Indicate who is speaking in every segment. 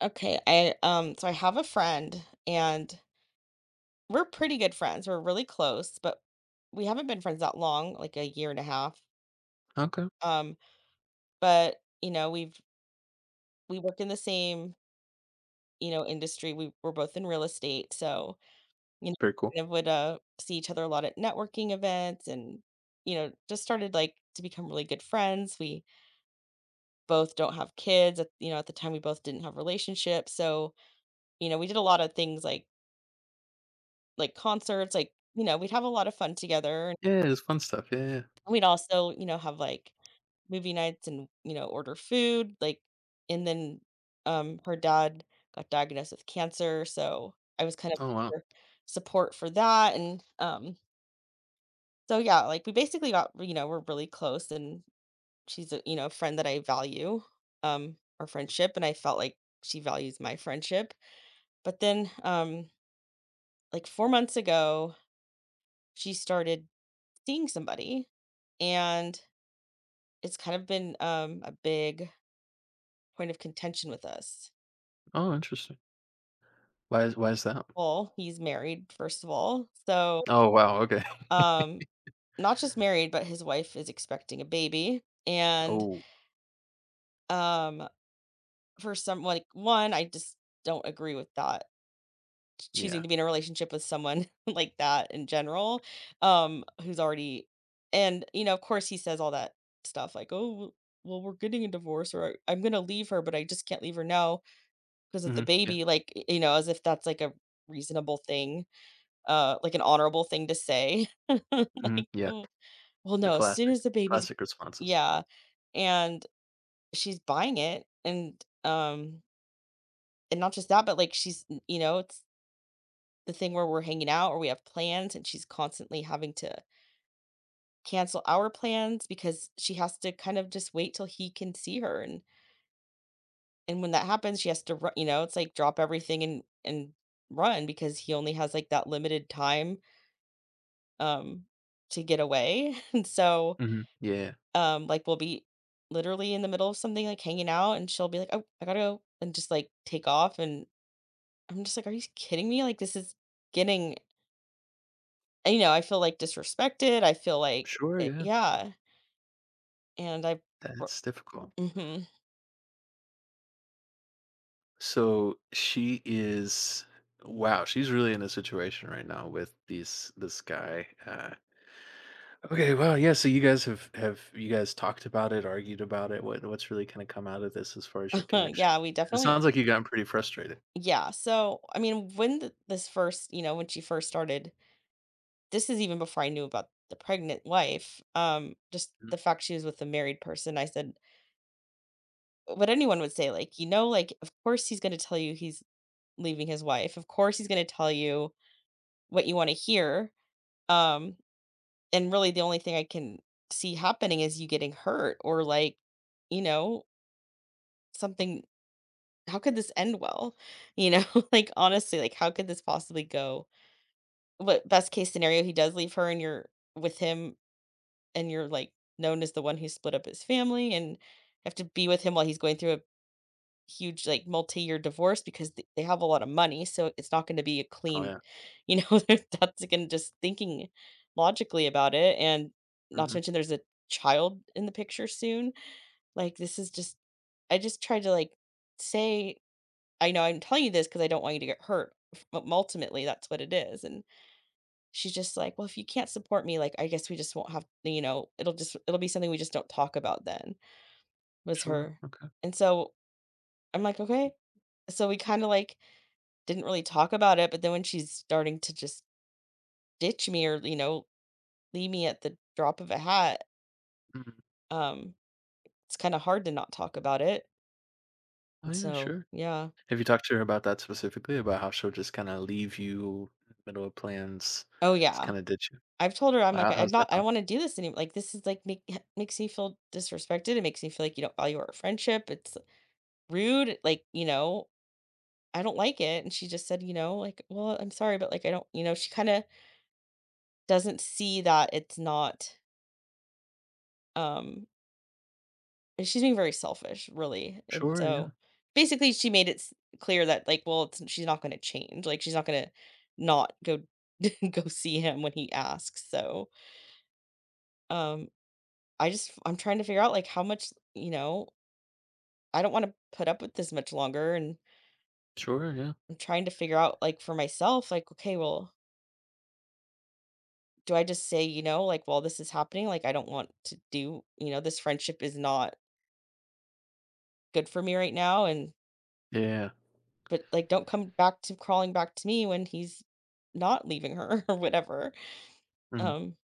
Speaker 1: Okay, I I have a friend and we're pretty good friends. We're really close, but we haven't been friends that long, like a year and a half.
Speaker 2: Okay.
Speaker 1: Um, but you know, we've we work in the same, you know, industry. We're both in real estate, so you know,
Speaker 2: Very cool.
Speaker 1: kind of would see each other a lot at networking events and you know, just started like to become really good friends. We both don't have kids. At, you know, at the time we both didn't have relationships. So, you know, we did a lot of things like concerts, like, you know, we'd have a lot of fun together, and
Speaker 2: Yeah, it's fun stuff. yeah, yeah, yeah.
Speaker 1: we'd also, you know, have, like, movie nights and, you know, order food. And then, her dad got diagnosed with cancer, so I was kind of
Speaker 2: Oh wow.
Speaker 1: her support for that, and so, yeah, like, we basically got you know, we're really close, and she's a, you know, friend that I value our friendship, and I felt like she values my friendship, but then, like, 4 months ago, she started seeing somebody, and it's kind of been a big point of contention with us.
Speaker 2: Oh, interesting. Why is that?
Speaker 1: Well, he's married, first of all. So,
Speaker 2: Oh wow. Okay.
Speaker 1: um, not just married, but his wife is expecting a baby. And
Speaker 2: Oh
Speaker 1: um, for some, like, one, I just don't agree with that
Speaker 2: yeah.
Speaker 1: choosing to be in a relationship with someone like that in general who's already and you know of course he says all that stuff like oh well we're getting a divorce or I'm going to leave her but I just can't leave her now, 'cause of the
Speaker 2: Yeah.
Speaker 1: baby, like, y you know, as if that's, like, a reasonable thing, like, an honorable thing to say. Like,
Speaker 2: Yeah.
Speaker 1: "Oh, well,
Speaker 2: The
Speaker 1: no, as soon
Speaker 2: classic
Speaker 1: as the baby's."
Speaker 2: classic responses.
Speaker 1: Yeah, and she's buying it, and not just that, but, like, she's you know, it's the thing where we're hanging out or we have plans, and she's constantly having to cancel our plans because she has to kind of just wait till he can see her, and when that happens, she has to run, you know, it's like drop everything and run because he only has, like, that limited time um, to get away. And so,
Speaker 2: Yeah.
Speaker 1: like, we'll be literally in the middle of something, like hanging out, and she'll be like, "Oh, I gotta go," and just like take off. And I'm just like, "Are you kidding me? Like, this is getting, you know, I feel like disrespected. I feel like,
Speaker 2: Sure.
Speaker 1: it,
Speaker 2: Yeah.
Speaker 1: yeah." And I,
Speaker 2: That's difficult.
Speaker 1: mm
Speaker 2: So she is. Wow, she's really in a situation right now with these this guy. Okay, well, yeah. So you guys have you guys talked about it, argued about it? What's really kind of come out of this as far as your connection?
Speaker 1: yeah, we
Speaker 2: It
Speaker 1: definitely,
Speaker 2: sounds like you gotten pretty frustrated.
Speaker 1: yeah. So, I mean, when this first, you know, when she first started, this is even before I knew about the pregnant wife. Just the fact she was with a married person, I said, what anyone would say, like, you know, like, of course he's gonna tell you he's leaving his wife. Of course he's gonna tell you what you wanna hear. Um, and really the only thing I can see happening is you getting hurt or like, you know, something how could this end well? You know, like honestly, like how could this possibly go? What best case scenario he does leave her and you're with him and you're like known as the one who split up his family and have to be with him while he's going through a huge, like, multi-year divorce because th they have a lot of money, so it's not gonna be a
Speaker 2: Oh,
Speaker 1: clean
Speaker 2: yeah.
Speaker 1: you know, that's again, just thinking logically about it, and not to
Speaker 2: Mhm.
Speaker 1: mention there's a child in the picture soon. Like, this is just I just tried to, like, say, "I know I'm telling you this because I don't want you to get hurt." F ultimately, that's what it is, and she's just like, "Well, if you can't support me, like, I guess we just won't have" you know, "it'll just it'll be something we just don't talk about then," was
Speaker 2: Sure,
Speaker 1: her.
Speaker 2: okay.
Speaker 1: And so, I'm like, "Okay." So we kinda, like didn't really talk about it, but then when she's starting to just ditch me or, you know, leave me at the drop of a hat,
Speaker 2: Mm.
Speaker 1: um, it's kinda hard to not talk about it,
Speaker 2: Oh,
Speaker 1: and
Speaker 2: yeah,
Speaker 1: so
Speaker 2: sure.
Speaker 1: yeah.
Speaker 2: Have you talked to her about that specifically, about how she'll just kinda leave you in the middle of plans,
Speaker 1: Oh,
Speaker 2: just
Speaker 1: yeah.
Speaker 2: kinda ditch you?
Speaker 1: I've told her, I'm
Speaker 2: Well,
Speaker 1: like,
Speaker 2: How
Speaker 1: "I'm
Speaker 2: how's that
Speaker 1: not I
Speaker 2: gone?
Speaker 1: don't wanna do this anymore. Like, this is, like, make makes me feel disrespected, it makes me feel like you don't value our friendship, it's rude, like, you know, I don't like it," and she just said, you know, like, "Well, I'm sorry, but, like, I don't" you know, she kinda doesn't see that it's not, um And she's being very selfish, really, and
Speaker 2: Sure, yeah.
Speaker 1: so, basically, she made it s clear that, like, well, it's she's not gonna change, like, she's not gonna not go go see him when he asks, so, um, I just I'm trying to figure out, like, how much you know, I don't wanna put up with this much longer, and
Speaker 2: Sure, yeah.
Speaker 1: I'm trying to figure out, like, for myself, like, okay, well, do I just say, you know, like, while this is happening, like, I don't want to do" you know, "This friendship is not good for me right now," and
Speaker 2: Yeah.
Speaker 1: but, like, don't come back to crawling back to me when he's not leaving her or whatever.
Speaker 2: Mhm.
Speaker 1: Um,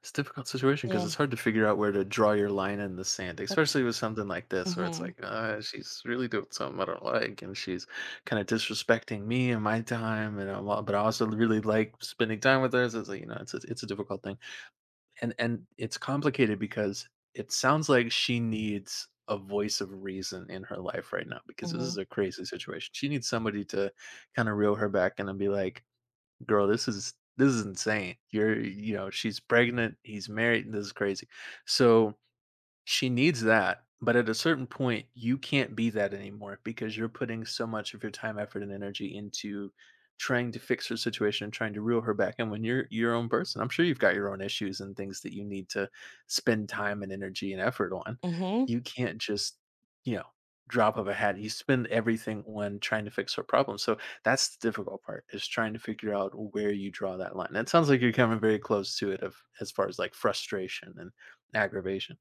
Speaker 2: It's a difficult situation because
Speaker 1: yeah,
Speaker 2: it's hard to figure out where to draw your line in the sand,
Speaker 1: that's
Speaker 2: especially with something like this where it's
Speaker 1: mhm,
Speaker 2: like, she's really doing something I don't like, and she's kinda disrespecting me and my time, and I'm all," but I also really like spending time with her, so it's like, you know, it's a difficult thing. And it's complicated because it sounds like she needs a voice of reason in her life right now because this is
Speaker 1: mhm,
Speaker 2: a crazy situation. She needs somebody to kinda reel her back and then be like, "Girl, this is insane. You're," you know, she's pregnant, he's married, this is crazy. So she needs that, but at a certain point, you can't be that anymore because you're putting so much of your time, effort, and energy into trying to fix her situation and trying to reel her back. And when you're your own person. I'm sure you've got your own issues and things that you need to spend time and energy and effort on.
Speaker 1: mhm.
Speaker 2: You can't just, you know, drop of a hat. You spend everything on trying to fix her problem. So that's the difficult part is trying to figure out where you draw that line. And it sounds like you're coming very close to it of as far as like frustration and aggravation.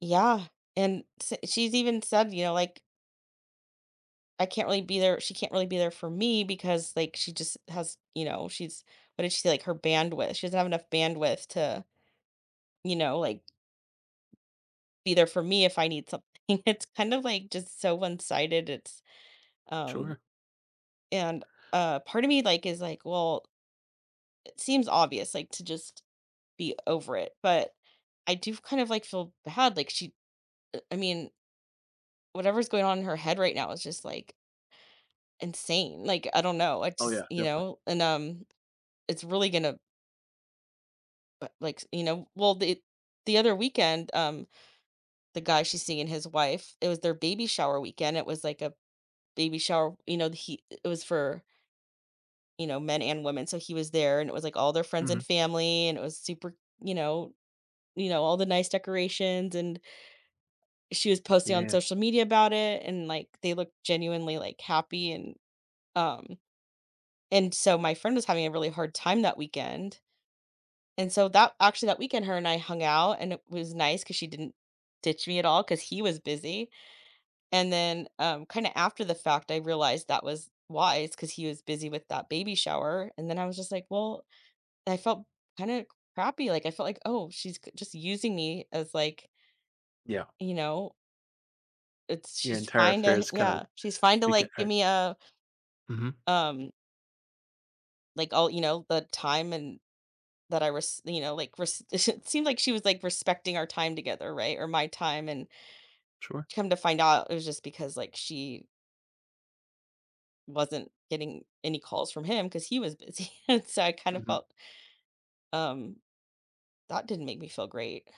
Speaker 1: Yeah, and s she's even said, you know, like, "I can't really be there" she can't really be there for me because, like, she just has, you know, she's what did she say? Like, her bandwidth she doesn't have enough bandwidth to, you know, like, be there for me if I need something. It's kind of, like, just so one-sided, it's um,
Speaker 2: Sure.
Speaker 1: and, part of me, like, is like, well, it seems obvious, like, to just be over it, but I do kind of, like, feel bad, like, she, I mean, whatever's going on in her head right now is just, like, insane, like, I don't know, I
Speaker 2: Oh,
Speaker 1: just
Speaker 2: yeah,
Speaker 1: you
Speaker 2: definitely.
Speaker 1: know, and it's really gonna, like, you know well, the other weekend, the guy she's seeing and his wife, it was their baby shower weekend, it was, like, a baby shower, you know, he it was for, you know, men and women, so he was there, and it was, like, all their friends and
Speaker 2: Mhm.
Speaker 1: family, and it was super you know you know, all the nice decorations and she was
Speaker 2: Yeah,
Speaker 1: posting on
Speaker 2: yeah,
Speaker 1: social media about it and like they looked genuinely like happy um and so my friend was having a really hard time that weekend. And so that actually that weekend her and I hung out and it was nice cuz she didn't ditch me at all cuz he was busy. And then kind of after the fact I realized that was wise cuz he was busy with that baby shower and then I was just like, well, I felt kind of crappy like I felt like, oh, just using me as like,
Speaker 2: yeah.
Speaker 1: you know, it's
Speaker 2: Your
Speaker 1: she's
Speaker 2: entire
Speaker 1: fine to
Speaker 2: affairs kinda
Speaker 1: yeah, she's fine to,
Speaker 2: beca
Speaker 1: like, give me, a,
Speaker 2: Mhm.
Speaker 1: um, like, all you know, the time and that I was you know, like, res it seemed like she was, like, respecting our time together, right, or my time, and
Speaker 2: Sure.
Speaker 1: come to find out, it was just because, like, she wasn't getting any calls from him because he was busy, and so I kind of
Speaker 2: Mhm.
Speaker 1: felt, um that didn't make me feel great.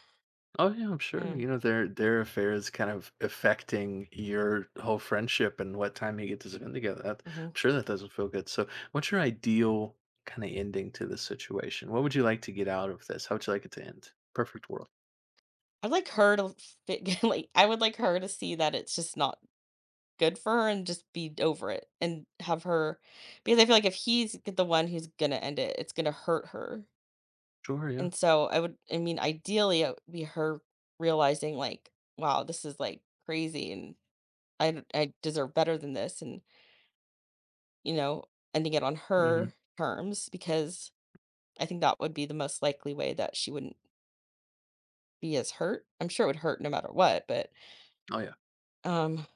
Speaker 2: Oh, yeah, I'm sure,
Speaker 1: Yeah,
Speaker 2: you know, their affairs kind of affecting your whole friendship and what time you get to spend together. That I'm
Speaker 1: mhm.
Speaker 2: sure that doesn't feel good. So, what's your ideal kinda ending to this situation? What would you like to get out of this? How would you like it to end? Perfect world.
Speaker 1: I'd like her to fit like, I would like her to see that it's just not good for her and just be over it and have her because I feel like if the one who's gonna end it, it's gonna hurt her.
Speaker 2: Sure, yeah.
Speaker 1: And so I would, I mean, ideally, it would be her realizing like, wow, this is like crazy, and I deserve better than this, and you know, ending it on
Speaker 2: Mhm.
Speaker 1: her terms because I think that would be the most likely way that she wouldn't be as hurt. I'm sure it would hurt no matter what, but
Speaker 2: Oh, yeah.
Speaker 1: um,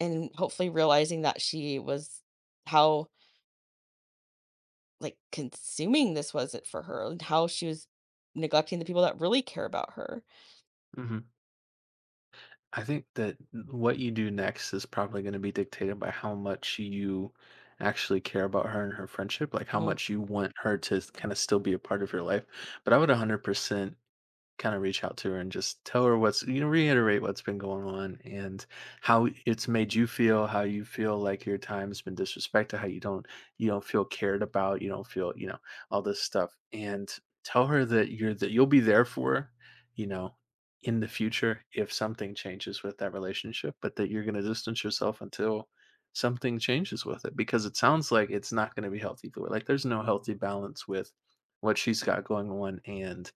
Speaker 1: and hopefully realizing that she was how like, consuming this was it for her and how she was neglecting the people that really care about her.
Speaker 2: Mhm. I think that what you do next is probably going to be dictated by how much you actually care about her and her friendship, like how
Speaker 1: Mhm,
Speaker 2: much you want her to kind of still be a part of your life. But I would 100% kind of reach out to her and just tell her what's, you know, reiterate what's been going on and how it's made you feel, how you feel like your time's been disrespected, how you don't feel cared about, you don't feel, you know, all this stuff. And tell her that you'll be there for her, you know, in the future if something changes with that relationship, but that you're going to distance yourself until something changes with it because it sounds like it's not going to be healthy for her. Like there's no healthy balance with what she's got going on and,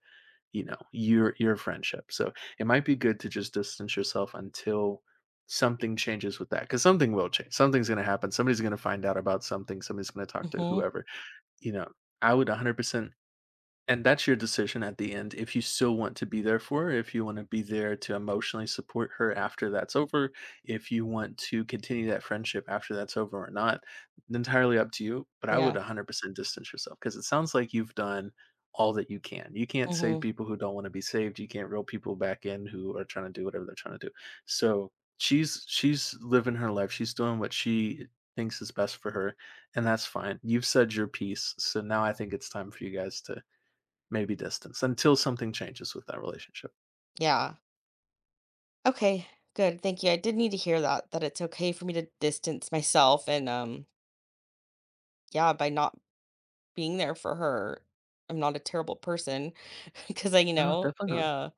Speaker 2: you know, your friendship. So it might be good to just distance yourself until something changes with that, because something will change. Something's going to happen, somebody's going to find out about something, somebody's going to talk to
Speaker 1: mhm,
Speaker 2: whoever, you know. I would 100%, and that's your decision at the end. If you still want to be there for her, if you want to be there to emotionally support her after that's over, if you want to continue that friendship after that's over or not, entirely up to you. But I would
Speaker 1: yeah,
Speaker 2: 100% distance yourself because it sounds like you've done all that you can. You can't save
Speaker 1: mhm,
Speaker 2: people who don't want to be saved. You can't reel people back in who are trying to do whatever they're trying to do. So she's living her life. She's doing what she thinks is best for her, and that's fine. You've said your piece, so now I think it's time for you guys to maybe distance until something changes with that relationship.
Speaker 1: yeah. Okay, good, thank you, I did need to hear that, that it's okay for me to distance myself and, yeah, by not being there for her, I'm not a terrible person. Because I you
Speaker 2: No,
Speaker 1: know,
Speaker 2: definitely not.
Speaker 1: yeah,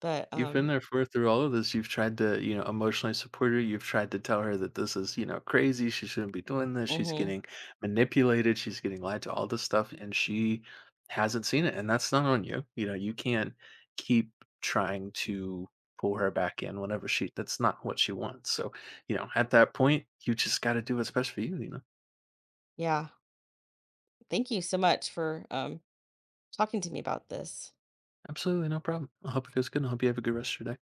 Speaker 1: but,
Speaker 2: You've been
Speaker 1: um
Speaker 2: there for her through all of this. You've tried to, you know, emotionally support her. You've tried to tell her that this is, you know, crazy. She shouldn't be doing this. She's
Speaker 1: mhm,
Speaker 2: getting manipulated. She's getting lied to, all this stuff. And she hasn't seen it. And that's not on you. You know, you can't keep trying to pull her back in whenever she, that's not what she wants. So, you know, at that point, you just got to do what's best for you, you know?
Speaker 1: yeah. Thank you so much for talking to me about this.
Speaker 2: Absolutely. No problem. I hope it goes good. And I hope you have a good rest of your day.